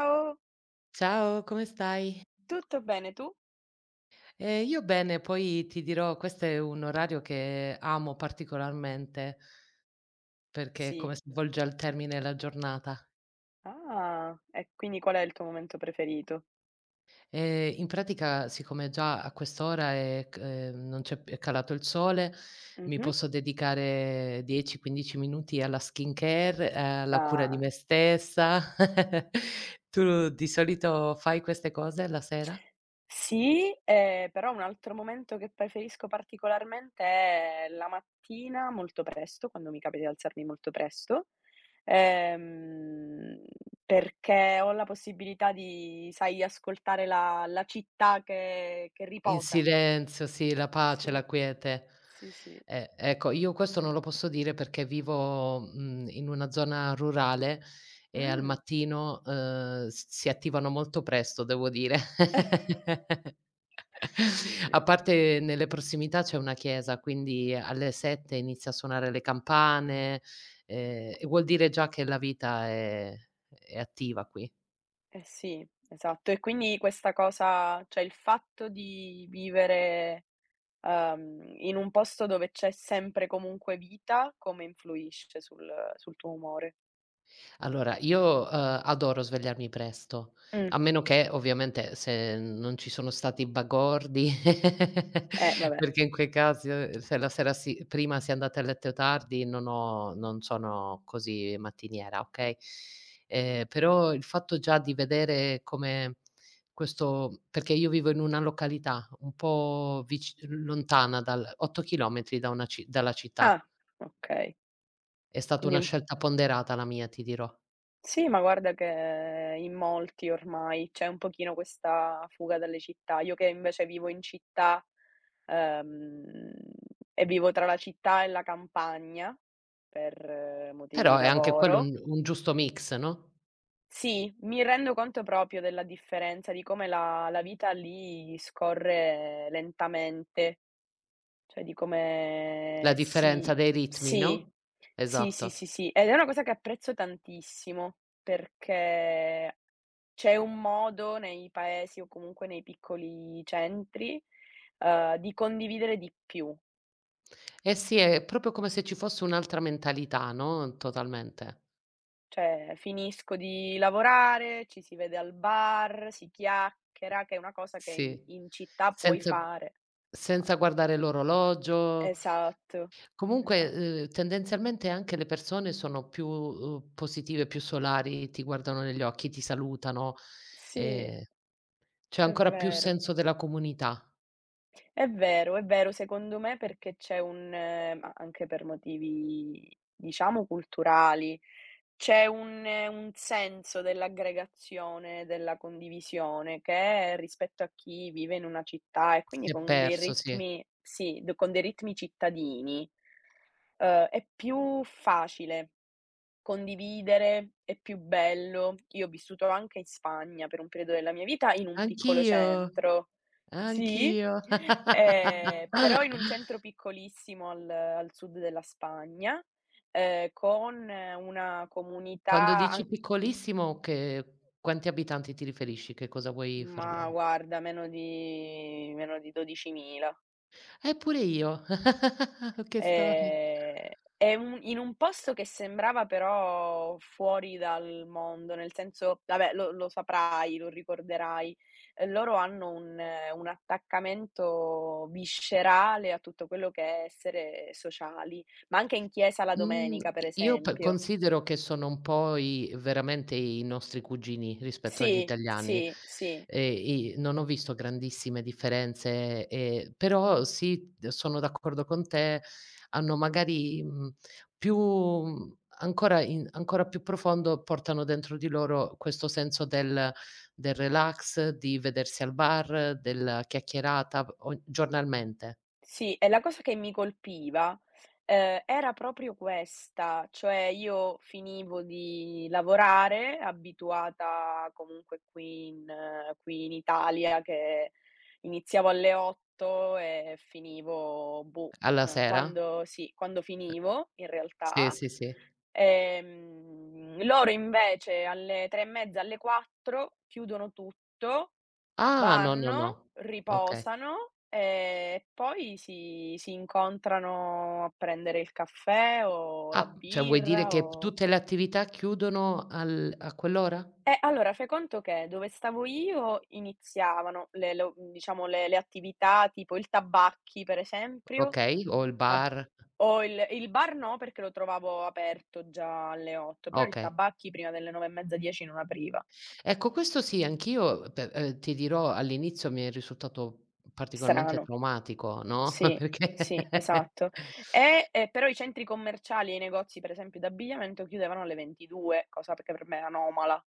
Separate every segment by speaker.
Speaker 1: Ciao,
Speaker 2: Ciao, come stai?
Speaker 1: tutto bene tu?
Speaker 2: Io bene, poi ti dirò, questo è un orario che amo particolarmente, perché è
Speaker 1: Sì.
Speaker 2: come si volge al termine la giornata.
Speaker 1: Ah, e quindi qual è il tuo momento preferito?
Speaker 2: In pratica, siccome già a quest'ora è c non c'è p è calato il sole, mi
Speaker 1: Mh-mh.
Speaker 2: posso dedicare 10, 15 minuti alla skincare, alla cura di
Speaker 1: Ah.
Speaker 2: me stessa. Tu di solito fai queste cose la sera?
Speaker 1: Sì, però un altro momento che preferisco particolarmente è la mattina molto presto, quando mi capita di alzarmi molto presto, ehm, perché ho la possibilità di, sai, ascoltare la città che
Speaker 2: Il
Speaker 1: riposa.
Speaker 2: silenzio, sì, la pace,
Speaker 1: Sì,
Speaker 2: la quiete.
Speaker 1: sì, sì.
Speaker 2: Ecco, io questo non lo posso dire perché vivo in una zona rurale e al
Speaker 1: Mh.
Speaker 2: mattino, s si attivano molto presto, devo dire. A
Speaker 1: Sì.
Speaker 2: parte nelle prossimità c'è una chiesa, quindi alle 7 inizia a suonare le campane, e vuol dire già che la vita è attiva qui.
Speaker 1: Eh sì, esatto. E quindi questa cosa, cioè il fatto di vivere, in un posto dove c'è sempre comunque vita, come influisce sul tuo umore?
Speaker 2: Allora, io, adoro svegliarmi presto,
Speaker 1: Mh,
Speaker 2: a meno che ovviamente se non ci sono stati bagordi,
Speaker 1: eh vabbè.
Speaker 2: perché in quei casi, se la sera si prima si è andati a letto tardi non sono così mattiniera, okay? Però il fatto già di vedere come questo perché io vivo in una località un po' vic lontana dal 8 chilometri da una ci dalla città.
Speaker 1: Ah, okay.
Speaker 2: È stata
Speaker 1: Quindi
Speaker 2: una
Speaker 1: un
Speaker 2: scelta ponderata la mia, ti dirò.
Speaker 1: Sì, ma guarda che in molti ormai c'è un pochino questa fuga dalle città. Io che invece vivo in città, uhm, e vivo tra la città e la campagna per motivi di
Speaker 2: Però è anche quello
Speaker 1: lavoro.
Speaker 2: un giusto mix, no,
Speaker 1: Sì, mi rendo conto proprio della differenza, di come la vita lì scorre lentamente. Cioè di come
Speaker 2: la
Speaker 1: si
Speaker 2: differenza dei ritmi,
Speaker 1: Sì,
Speaker 2: no?
Speaker 1: sì, sì,
Speaker 2: Esatto.
Speaker 1: sì, sì. Ed è una cosa che apprezzo tantissimo, perché c'è un modo nei paesi, o comunque nei piccoli centri, di condividere di più.
Speaker 2: Eh sì, è proprio come se ci fosse un'altra mentalità, no, totalmente.
Speaker 1: Cioè, finisco di lavorare, ci si vede al bar, si chiacchiera, che è una cosa che in
Speaker 2: Sì.
Speaker 1: in città puoi
Speaker 2: Senza
Speaker 1: fare. Ma
Speaker 2: senza guardare l'orologio.
Speaker 1: Esatto, esatto.
Speaker 2: Comunque, tendenzialmente anche le persone sono più, positive, più solari, ti guardano negli occhi, ti salutano,
Speaker 1: Sì,
Speaker 2: ehm, c'è
Speaker 1: è
Speaker 2: ancora più
Speaker 1: vero.
Speaker 2: senso della comunità.
Speaker 1: È vero, è vero, secondo me perché c'è un ma anche per motivi, diciamo, culturali. C'è un senso dell'aggregazione, della condivisione, che rispetto a chi vive in una città e quindi
Speaker 2: Si è
Speaker 1: con dei
Speaker 2: perso, sì.
Speaker 1: ritmi cittadini, è più facile. Condividere è più bello. Io ho vissuto anche in Spagna per un periodo della mia vita, in un piccolo
Speaker 2: Anch'io.
Speaker 1: centro. Sì,
Speaker 2: Anch'io.
Speaker 1: però in un centro piccolissimo al sud della Spagna. ehm, con una
Speaker 2: Quando
Speaker 1: comunità an
Speaker 2: dici piccolissimo che quanti abitanti ti riferisci? Che cosa vuoi far
Speaker 1: ma guarda, meno di 12.000.
Speaker 2: pure io. Che storia.
Speaker 1: Ehm, è un posto che sembrava però fuori dal mondo, nel senso vabbè, lo saprai, lo ricorderai. Loro hanno un attaccamento viscerale a tutto quello che è essere sociali, ma anche in chiesa la
Speaker 2: Mhmm,
Speaker 1: domenica, per
Speaker 2: i Io pe
Speaker 1: esempio.
Speaker 2: considero che sono un po' i veramente i nostri cugini rispetto agli
Speaker 1: Sì,
Speaker 2: italiani.
Speaker 1: sì, sì.
Speaker 2: I Non ho visto grandissime differenze, però sì, d sono d'accordo con te, hanno magari, più ancora in ancora più profondo portano dentro di loro questo senso del relax, di vedersi al bar, della chiacchierata o giornalmente.
Speaker 1: Sì, e la cosa che mi colpiva, era proprio questa. Cioè io finivo di lavorare, abituata comunque qui in Italia, che iniziavo alle 8 e finivo, boh,
Speaker 2: Alla sera?
Speaker 1: quando sì, quando finivo in
Speaker 2: Sì,
Speaker 1: realtà.
Speaker 2: sì, sì.
Speaker 1: Loro invece alle 3 e mezza, alle 4 chiudono tutto.
Speaker 2: Ah, no, no, no.
Speaker 1: Vanno,
Speaker 2: Okay.
Speaker 1: riposano e poi si incontrano a prendere il caffè o la
Speaker 2: Ah, cioè vuoi dire
Speaker 1: birra.
Speaker 2: che p
Speaker 1: o
Speaker 2: tutte le attività chiudono al a quell'ora?
Speaker 1: eh, allora fai conto che dove stavo io iniziavano le lo diciamo le attività, tipo il Tabacchi, per esempio,
Speaker 2: Okay, o il
Speaker 1: a
Speaker 2: bar.
Speaker 1: o il bar no, perché lo trovavo aperto già alle 8, però il
Speaker 2: Okay.
Speaker 1: Tabacchi prima delle 9 e mezza, 10 non apriva.
Speaker 2: Ecco questo sì, anch'io pe ti dirò all'inizio mi è risultato particolarmente
Speaker 1: Strano.
Speaker 2: traumatico, no.
Speaker 1: Sì,
Speaker 2: Perché
Speaker 1: sì, esatto. Però i centri commerciali e i negozi, per esempio, d'abbigliamento chiudevano alle 22, cosa perché per me è anomala.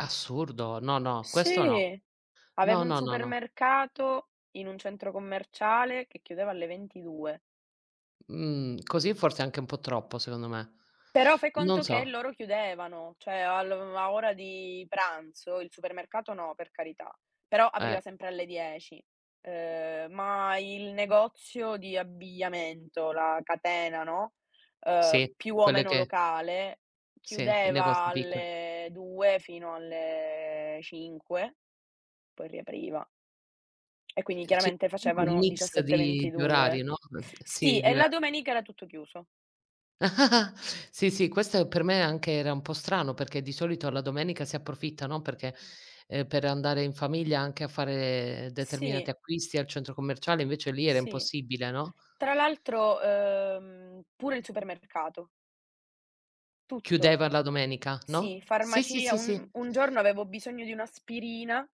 Speaker 2: assurdo. No, no, questo no.
Speaker 1: Sì, avevo
Speaker 2: No,
Speaker 1: un
Speaker 2: no, no, no.
Speaker 1: supermercato in un centro commerciale che chiudeva alle 22.
Speaker 2: Mhmm, Così forse anche un po' troppo secondo me.
Speaker 1: Però fai
Speaker 2: Non
Speaker 1: conto che
Speaker 2: so.
Speaker 1: loro chiudevano, cioè al a ora di pranzo, il supermercato no, per carità, però
Speaker 2: Eh,
Speaker 1: apriva sempre alle 10. Ma il negozio di abbigliamento, la catena, no,
Speaker 2: sì,
Speaker 1: più o
Speaker 2: quelle
Speaker 1: meno
Speaker 2: che
Speaker 1: locale,
Speaker 2: sì, i
Speaker 1: chiudeva
Speaker 2: negozi piccoli.
Speaker 1: alle 2 fino alle 5, poi riapriva. E quindi
Speaker 2: Sì,
Speaker 1: chiaramente
Speaker 2: comunque un
Speaker 1: facevano
Speaker 2: mix di orari,
Speaker 1: 17:22.
Speaker 2: no,
Speaker 1: Sì,
Speaker 2: sì,
Speaker 1: e la
Speaker 2: diver
Speaker 1: domenica era tutto chiuso.
Speaker 2: Sì, sì, questo per me anche era un po' strano, perché di solito la domenica si approfitta, no, perché per andare in famiglia anche a fare
Speaker 1: Sì,
Speaker 2: determinati acquisti al centro commerciale, invece lì era
Speaker 1: sì.
Speaker 2: impossibile, no,
Speaker 1: Tra l'altro, pure il supermercato, tutto.
Speaker 2: chiudeva la domenica,
Speaker 1: Sì,
Speaker 2: no? Sì, sì,
Speaker 1: farmacia.
Speaker 2: sì,
Speaker 1: Un
Speaker 2: sì.
Speaker 1: un giorno avevo bisogno di un'aspirina,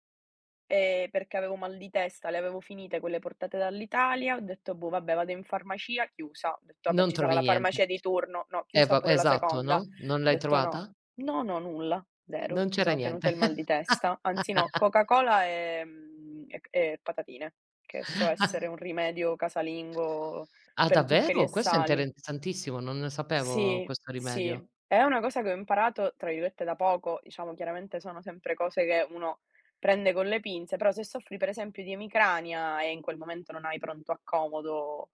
Speaker 1: perché avevo mal di testa, le avevo finite quelle portate dall'Italia. Ho detto: "Boh, vabbè, vado in farmacia", chiusa. Ho detto: "Vabbè,
Speaker 2: Non
Speaker 1: ci sarà
Speaker 2: trovi
Speaker 1: la
Speaker 2: niente.
Speaker 1: farmacia di turno". No, chiusa
Speaker 2: Va
Speaker 1: pure la
Speaker 2: esatto,
Speaker 1: seconda. Ho
Speaker 2: no? Non l'hai
Speaker 1: detto: "No,
Speaker 2: trovata?
Speaker 1: no, no, nulla, 0".
Speaker 2: Non
Speaker 1: Mi
Speaker 2: c'era
Speaker 1: sono
Speaker 2: niente.
Speaker 1: tenuta il mal di testa, anzi no, Coca-Cola, e patatine, che so essere un rimedio casalingo
Speaker 2: Ah,
Speaker 1: per zuccheri e
Speaker 2: davvero? Questo è
Speaker 1: sali.
Speaker 2: interessantissimo, non ne sapevo
Speaker 1: Sì,
Speaker 2: questo
Speaker 1: sì,
Speaker 2: rimedio.
Speaker 1: è una cosa che ho imparato, tra virgolette, "da poco", diciamo. Chiaramente sono sempre cose che uno prende con le pinze, però se soffri per esempio di emicrania e in quel momento non hai pronto a comodo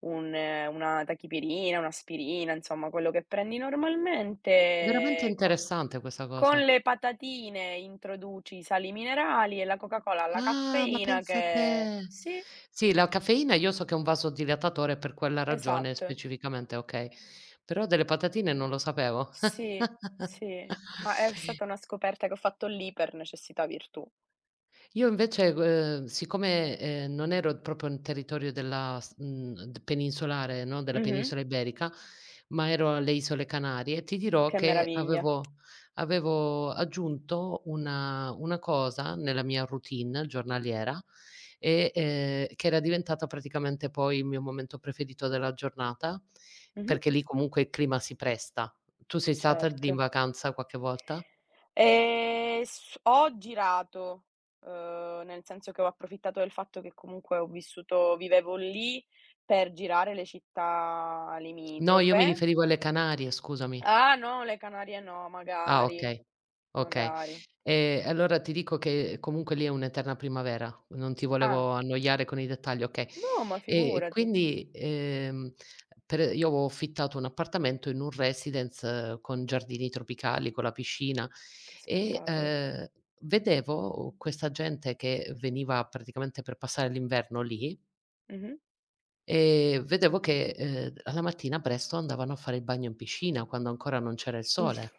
Speaker 1: un una tachipirina, un'aspirina, insomma quello che prendi normalmente,
Speaker 2: Veramente
Speaker 1: co
Speaker 2: interessante questa
Speaker 1: con
Speaker 2: cosa.
Speaker 1: le patatine introduci i sali minerali e la Coca Cola ha la
Speaker 2: Ah, ma
Speaker 1: caffeina,
Speaker 2: pensa
Speaker 1: che
Speaker 2: te.
Speaker 1: sì,
Speaker 2: Sì, la caffeina io so che è un vasodilatatore, per quella ragione
Speaker 1: esatto.
Speaker 2: specificamente, okay. Però delle patatine non lo sapevo.
Speaker 1: Sì, sì, ma è stata una scoperta che ho fatto lì per necessità virtù.
Speaker 2: Io invece, siccome, non ero proprio in territorio della s mhmm, d peninsolare, no, della
Speaker 1: Mh-mh.
Speaker 2: penisola iberica, ma ero alle Isole Canarie, ti dirò
Speaker 1: Che
Speaker 2: che
Speaker 1: meraviglia.
Speaker 2: avevo aggiunto una cosa nella mia routine giornaliera e, che era diventata praticamente poi il mio momento preferito della giornata,
Speaker 1: Mh-mh.
Speaker 2: perché lì comunque il clima si presta. Tu sei stata lì in
Speaker 1: Certo.
Speaker 2: vacanza qualche volta?
Speaker 1: S ho girato, nel senso che ho approfittato del fatto che comunque ho vissuto vivevo lì per girare le città
Speaker 2: No, io mi
Speaker 1: limitrofe.
Speaker 2: riferivo alle Canarie, scusami.
Speaker 1: Ah no, le Canarie no,
Speaker 2: Ah,
Speaker 1: magari,
Speaker 2: okay, okay.
Speaker 1: magari.
Speaker 2: Allora ti dico che comunque lì è un'eterna primavera, non ti
Speaker 1: Ah,
Speaker 2: volevo annoiare con i dettagli, okay.
Speaker 1: no, ma
Speaker 2: E
Speaker 1: figurati,
Speaker 2: quindi, per io avevo affittato un appartamento in un residence con giardini tropicali, con la piscina
Speaker 1: che
Speaker 2: e,
Speaker 1: spettacolo.
Speaker 2: vedevo questa gente che veniva praticamente per passare l'inverno lì
Speaker 1: Mh-mh.
Speaker 2: e vedevo che, alla mattina presto andavano a fare il bagno in piscina quando ancora non c'era il sole.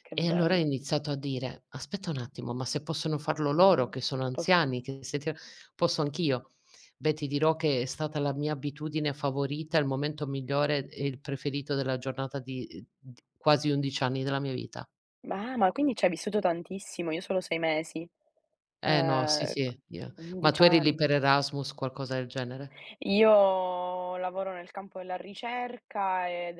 Speaker 1: Che
Speaker 2: E allora ho
Speaker 1: bello.
Speaker 2: iniziato a dire: "Aspetta un attimo, ma se possono farlo loro che sono
Speaker 1: Posto
Speaker 2: anziani, che se ti posso anch'io?" Beh, ti dirò che è stata la mia abitudine favorita, il momento migliore e il preferito della giornata di d quasi 11 anni della mia vita.
Speaker 1: Ah, ma quindi ci hai vissuto tantissimo, io solo 6 mesi.
Speaker 2: Eh no, sì,
Speaker 1: C
Speaker 2: sì. io Ma
Speaker 1: 11
Speaker 2: tu eri lì
Speaker 1: anni.
Speaker 2: per Erasmus, qualcosa del genere?
Speaker 1: Io lavoro nel campo della ricerca ed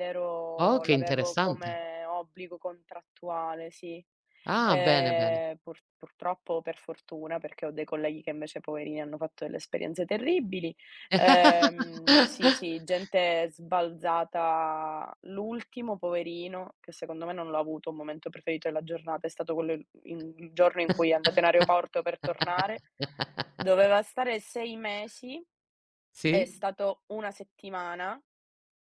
Speaker 2: Oh,
Speaker 1: ero,
Speaker 2: che
Speaker 1: l'avevo
Speaker 2: interessante.
Speaker 1: come obbligo contrattuale, sì.
Speaker 2: Ah, bene, bene.
Speaker 1: Purtroppo, o per fortuna, perché ho dei colleghi che invece poverini hanno fatto delle esperienze terribili. Sì, sì, gente sbalzata l'ultimo poverino, che secondo me non l'ha avuto un momento preferito della giornata, è stato quello il giorno in cui è andato in aeroporto per tornare, doveva stare 6 mesi, è
Speaker 2: Sì?
Speaker 1: stato 1 settimana,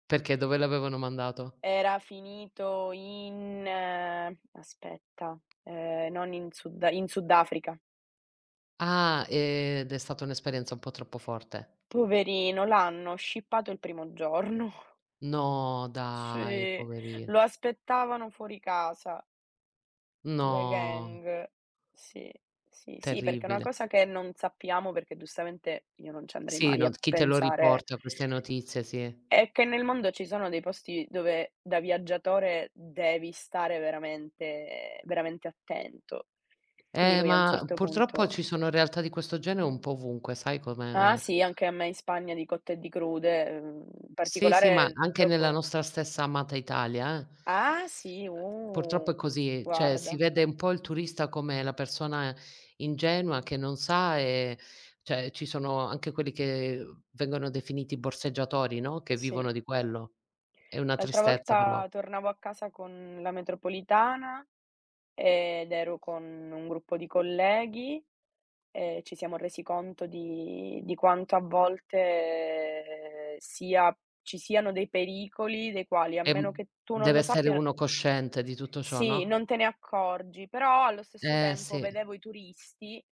Speaker 2: Perché dove l'avevano mandato?
Speaker 1: era finito in aspetta, non in Sudafrica.
Speaker 2: Ah, ed è stata un'esperienza un po' troppo forte.
Speaker 1: Poverino, l'hanno scippato il primo giorno.
Speaker 2: No dai,
Speaker 1: Sì,
Speaker 2: poverina.
Speaker 1: lo aspettavano fuori casa, le
Speaker 2: No,
Speaker 1: gang. Sì, sì, sì, perché è una
Speaker 2: terribile.
Speaker 1: cosa che non sappiamo, perché giustamente io non ci andrei
Speaker 2: Sì,
Speaker 1: mai
Speaker 2: non
Speaker 1: a
Speaker 2: chi te lo
Speaker 1: pensare.
Speaker 2: riporta queste notizie, sì.
Speaker 1: È che nel mondo ci sono dei posti dove da viaggiatore devi stare veramente veramente attento. Quindi lui a un
Speaker 2: Ma
Speaker 1: certo
Speaker 2: purtroppo
Speaker 1: punto
Speaker 2: ci sono realtà di questo genere un po' ovunque, sai
Speaker 1: ah
Speaker 2: com'è?
Speaker 1: sì, anche a me in Spagna di cotte e di crude, in
Speaker 2: Sì, sì, ma
Speaker 1: particolare
Speaker 2: anche nella
Speaker 1: dopo
Speaker 2: nostra stessa amata Italia, eh.
Speaker 1: ah sì,
Speaker 2: Purtroppo è così, cioè si
Speaker 1: guarda,
Speaker 2: vede un po' il turista come la persona ingenua che non sa, cioè ci sono anche quelli che vengono definiti borseggiatori, no, che
Speaker 1: sì.
Speaker 2: vivono di quello. È una
Speaker 1: L'altra
Speaker 2: tristezza
Speaker 1: volta
Speaker 2: però.
Speaker 1: tornavo a casa con la metropolitana. Ed ero con un gruppo di colleghi, e ci siamo resi conto di quanto a volte sia ci siano dei pericoli dei quali, a meno
Speaker 2: Ehm,
Speaker 1: che tu non
Speaker 2: Deve
Speaker 1: lo
Speaker 2: essere
Speaker 1: sappia,
Speaker 2: uno cosciente di tutto ciò,
Speaker 1: sì,
Speaker 2: no?
Speaker 1: non te ne accorgi, però allo stesso
Speaker 2: Eh
Speaker 1: tempo
Speaker 2: sì,
Speaker 1: vedevo i turisti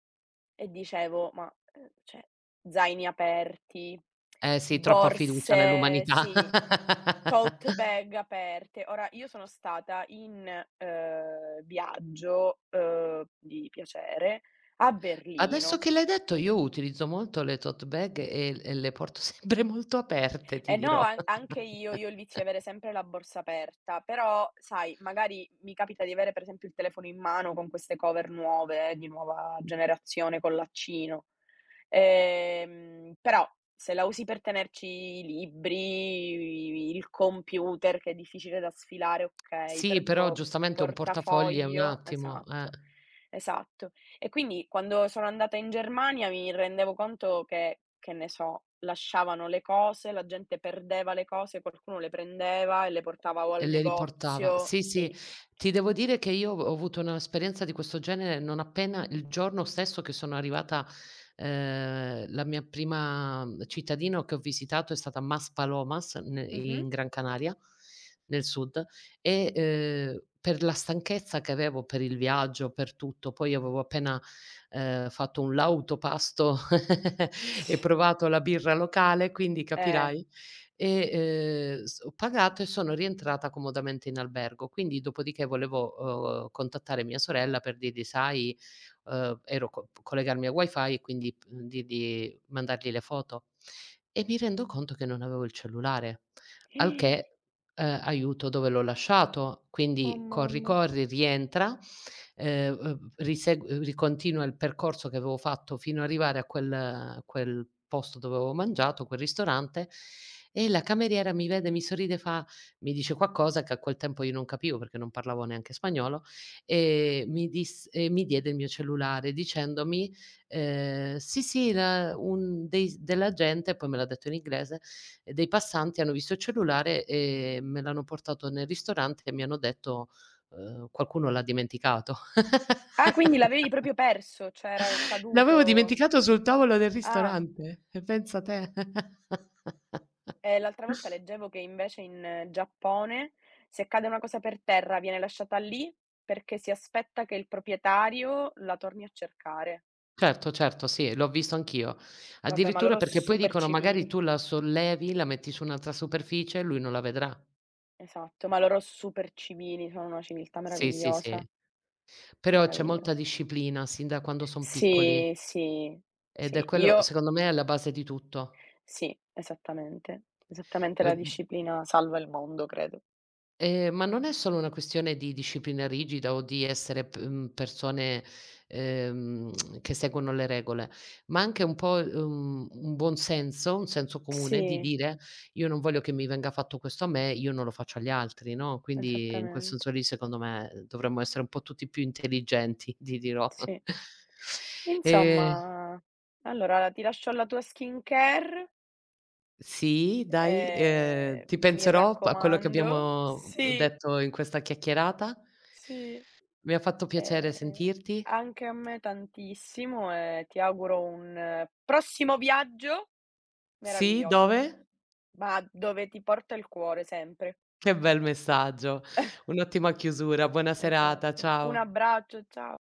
Speaker 1: e dicevo: "Ma, cioè, zaini aperti,
Speaker 2: eh sì, troppa fiducia
Speaker 1: borse",
Speaker 2: nell'umanità.
Speaker 1: sì, tote bag aperte. Ora io sono stata in, viaggio, di piacere, a
Speaker 2: Adesso
Speaker 1: Berlino.
Speaker 2: che l'hai detto io utilizzo molto le tote bag e le porto sempre molto aperte, ti
Speaker 1: E no,
Speaker 2: dirò.
Speaker 1: an anche io, ho il vizio di avere sempre la borsa aperta, però sai, magari mi capita di avere per esempio il telefono in mano con queste cover nuove, di nuova generazione, con l'accino. Però se la usi per tenerci i libri, il computer che è difficile da sfilare, okay, però
Speaker 2: Sì, però
Speaker 1: tipo
Speaker 2: giustamente un portafogli è un
Speaker 1: portafoglio,
Speaker 2: attimo,
Speaker 1: esatto, esatto. E quindi quando sono andata in Germania mi rendevo conto che ne so, lasciavano le cose, la gente perdeva le cose, qualcuno le prendeva e le portava o
Speaker 2: e
Speaker 1: al
Speaker 2: le riportava.
Speaker 1: negozio,
Speaker 2: Sì, sì,
Speaker 1: sì.
Speaker 2: ti devo dire che io ho avuto un'esperienza di questo genere non appena il giorno stesso che sono arrivata, la mia prima cittadina che ho visitato è stata Maspalomas ne
Speaker 1: Mh-mh.
Speaker 2: in Gran Canaria, nel sud, e, per la stanchezza che avevo per il viaggio, per tutto, poi avevo appena, fatto un lauto pasto e provato la birra locale, quindi
Speaker 1: Eh.
Speaker 2: capirai. E, s ho pagato e sono rientrata comodamente in albergo. Quindi dopodiché volevo, contattare mia sorella per dirgli: "Sai" ero co collegarmi a wifi e quindi p dirgli mandargli le foto. E mi rendo conto che non avevo il cellulare, al che, "Aiuto, dove l'ho lasciato?"
Speaker 1: Oh
Speaker 2: Quindi corri,
Speaker 1: mamma.
Speaker 2: corri, rientra risegu ricontinua il percorso che avevo fatto fino a arrivare a quel posto dove avevo mangiato, quel ristorante, e la cameriera mi vede, mi sorride, fa mi dice qualcosa che a quel tempo io non capivo perché non parlavo neanche spagnolo, e mi diede il mio cellulare dicendomi, "Sì, sì, la un dei della gente" poi me l'ha detto in inglese, "dei passanti hanno visto il cellulare e me l'hanno portato nel ristorante e mi hanno detto qualcuno l'ha dimenticato."
Speaker 1: Ah, quindi l'avevi proprio perso, cioè era
Speaker 2: L'avevo
Speaker 1: caduto.
Speaker 2: dimenticato sul tavolo del
Speaker 1: Ah,
Speaker 2: ristorante, e pensa te.
Speaker 1: e l'altra volta leggevo che invece in Giappone, se cade una cosa per terra, viene lasciata lì, perché si aspetta che il proprietario la torni a cercare.
Speaker 2: Certo, certo, sì, l'ho visto anch'io.
Speaker 1: Vabbè, ma
Speaker 2: Addirittura
Speaker 1: loro
Speaker 2: perché poi
Speaker 1: super
Speaker 2: dicono magari
Speaker 1: civili.
Speaker 2: tu la sollevi, la metti su un'altra superficie e lui non la vedrà.
Speaker 1: Esatto, ma loro super civili, sono una civiltà
Speaker 2: Sì, sì,
Speaker 1: meravigliosa,
Speaker 2: sì. Però c'è molta
Speaker 1: meravigliosa.
Speaker 2: disciplina sin da quando son piccoli,
Speaker 1: Sì, sì,
Speaker 2: ed è
Speaker 1: sì,
Speaker 2: quello
Speaker 1: io
Speaker 2: secondo me è alla base di tutto.
Speaker 1: sì, esattamente. Esattamente, la
Speaker 2: Uhm
Speaker 1: disciplina salva il mondo, credo.
Speaker 2: ma non è solo una questione di disciplina rigida o di essere persone, ehm, che seguono le regole, ma anche un po', un buon senso, un senso comune di
Speaker 1: Sì,
Speaker 2: dire: "Io non voglio che mi venga fatto questo a me, io non lo faccio agli altri", no, quindi in quel
Speaker 1: esattamente.
Speaker 2: senso lì secondo me, dovremmo essere un po' tutti più intelligenti, ti dirò.
Speaker 1: Sì.
Speaker 2: Ehm
Speaker 1: Insomma, allora ti lascio alla tua skincare,
Speaker 2: sì, dai,
Speaker 1: ehm,
Speaker 2: ti
Speaker 1: mi
Speaker 2: penserò a quello che
Speaker 1: raccomando.
Speaker 2: abbiamo
Speaker 1: Sì,
Speaker 2: detto in questa chiacchierata.
Speaker 1: sì,
Speaker 2: Mi ha fatto piacere
Speaker 1: ehm,
Speaker 2: sentirti.
Speaker 1: anche a me tantissimo, e ti auguro un prossimo viaggio
Speaker 2: Sì,
Speaker 1: meraviglioso,
Speaker 2: dove?
Speaker 1: ma dove ti porta il cuore sempre.
Speaker 2: Che bel messaggio. Un'ottima chiusura. Buona serata,
Speaker 1: Esatto. Un
Speaker 2: ciao.
Speaker 1: abbraccio, cia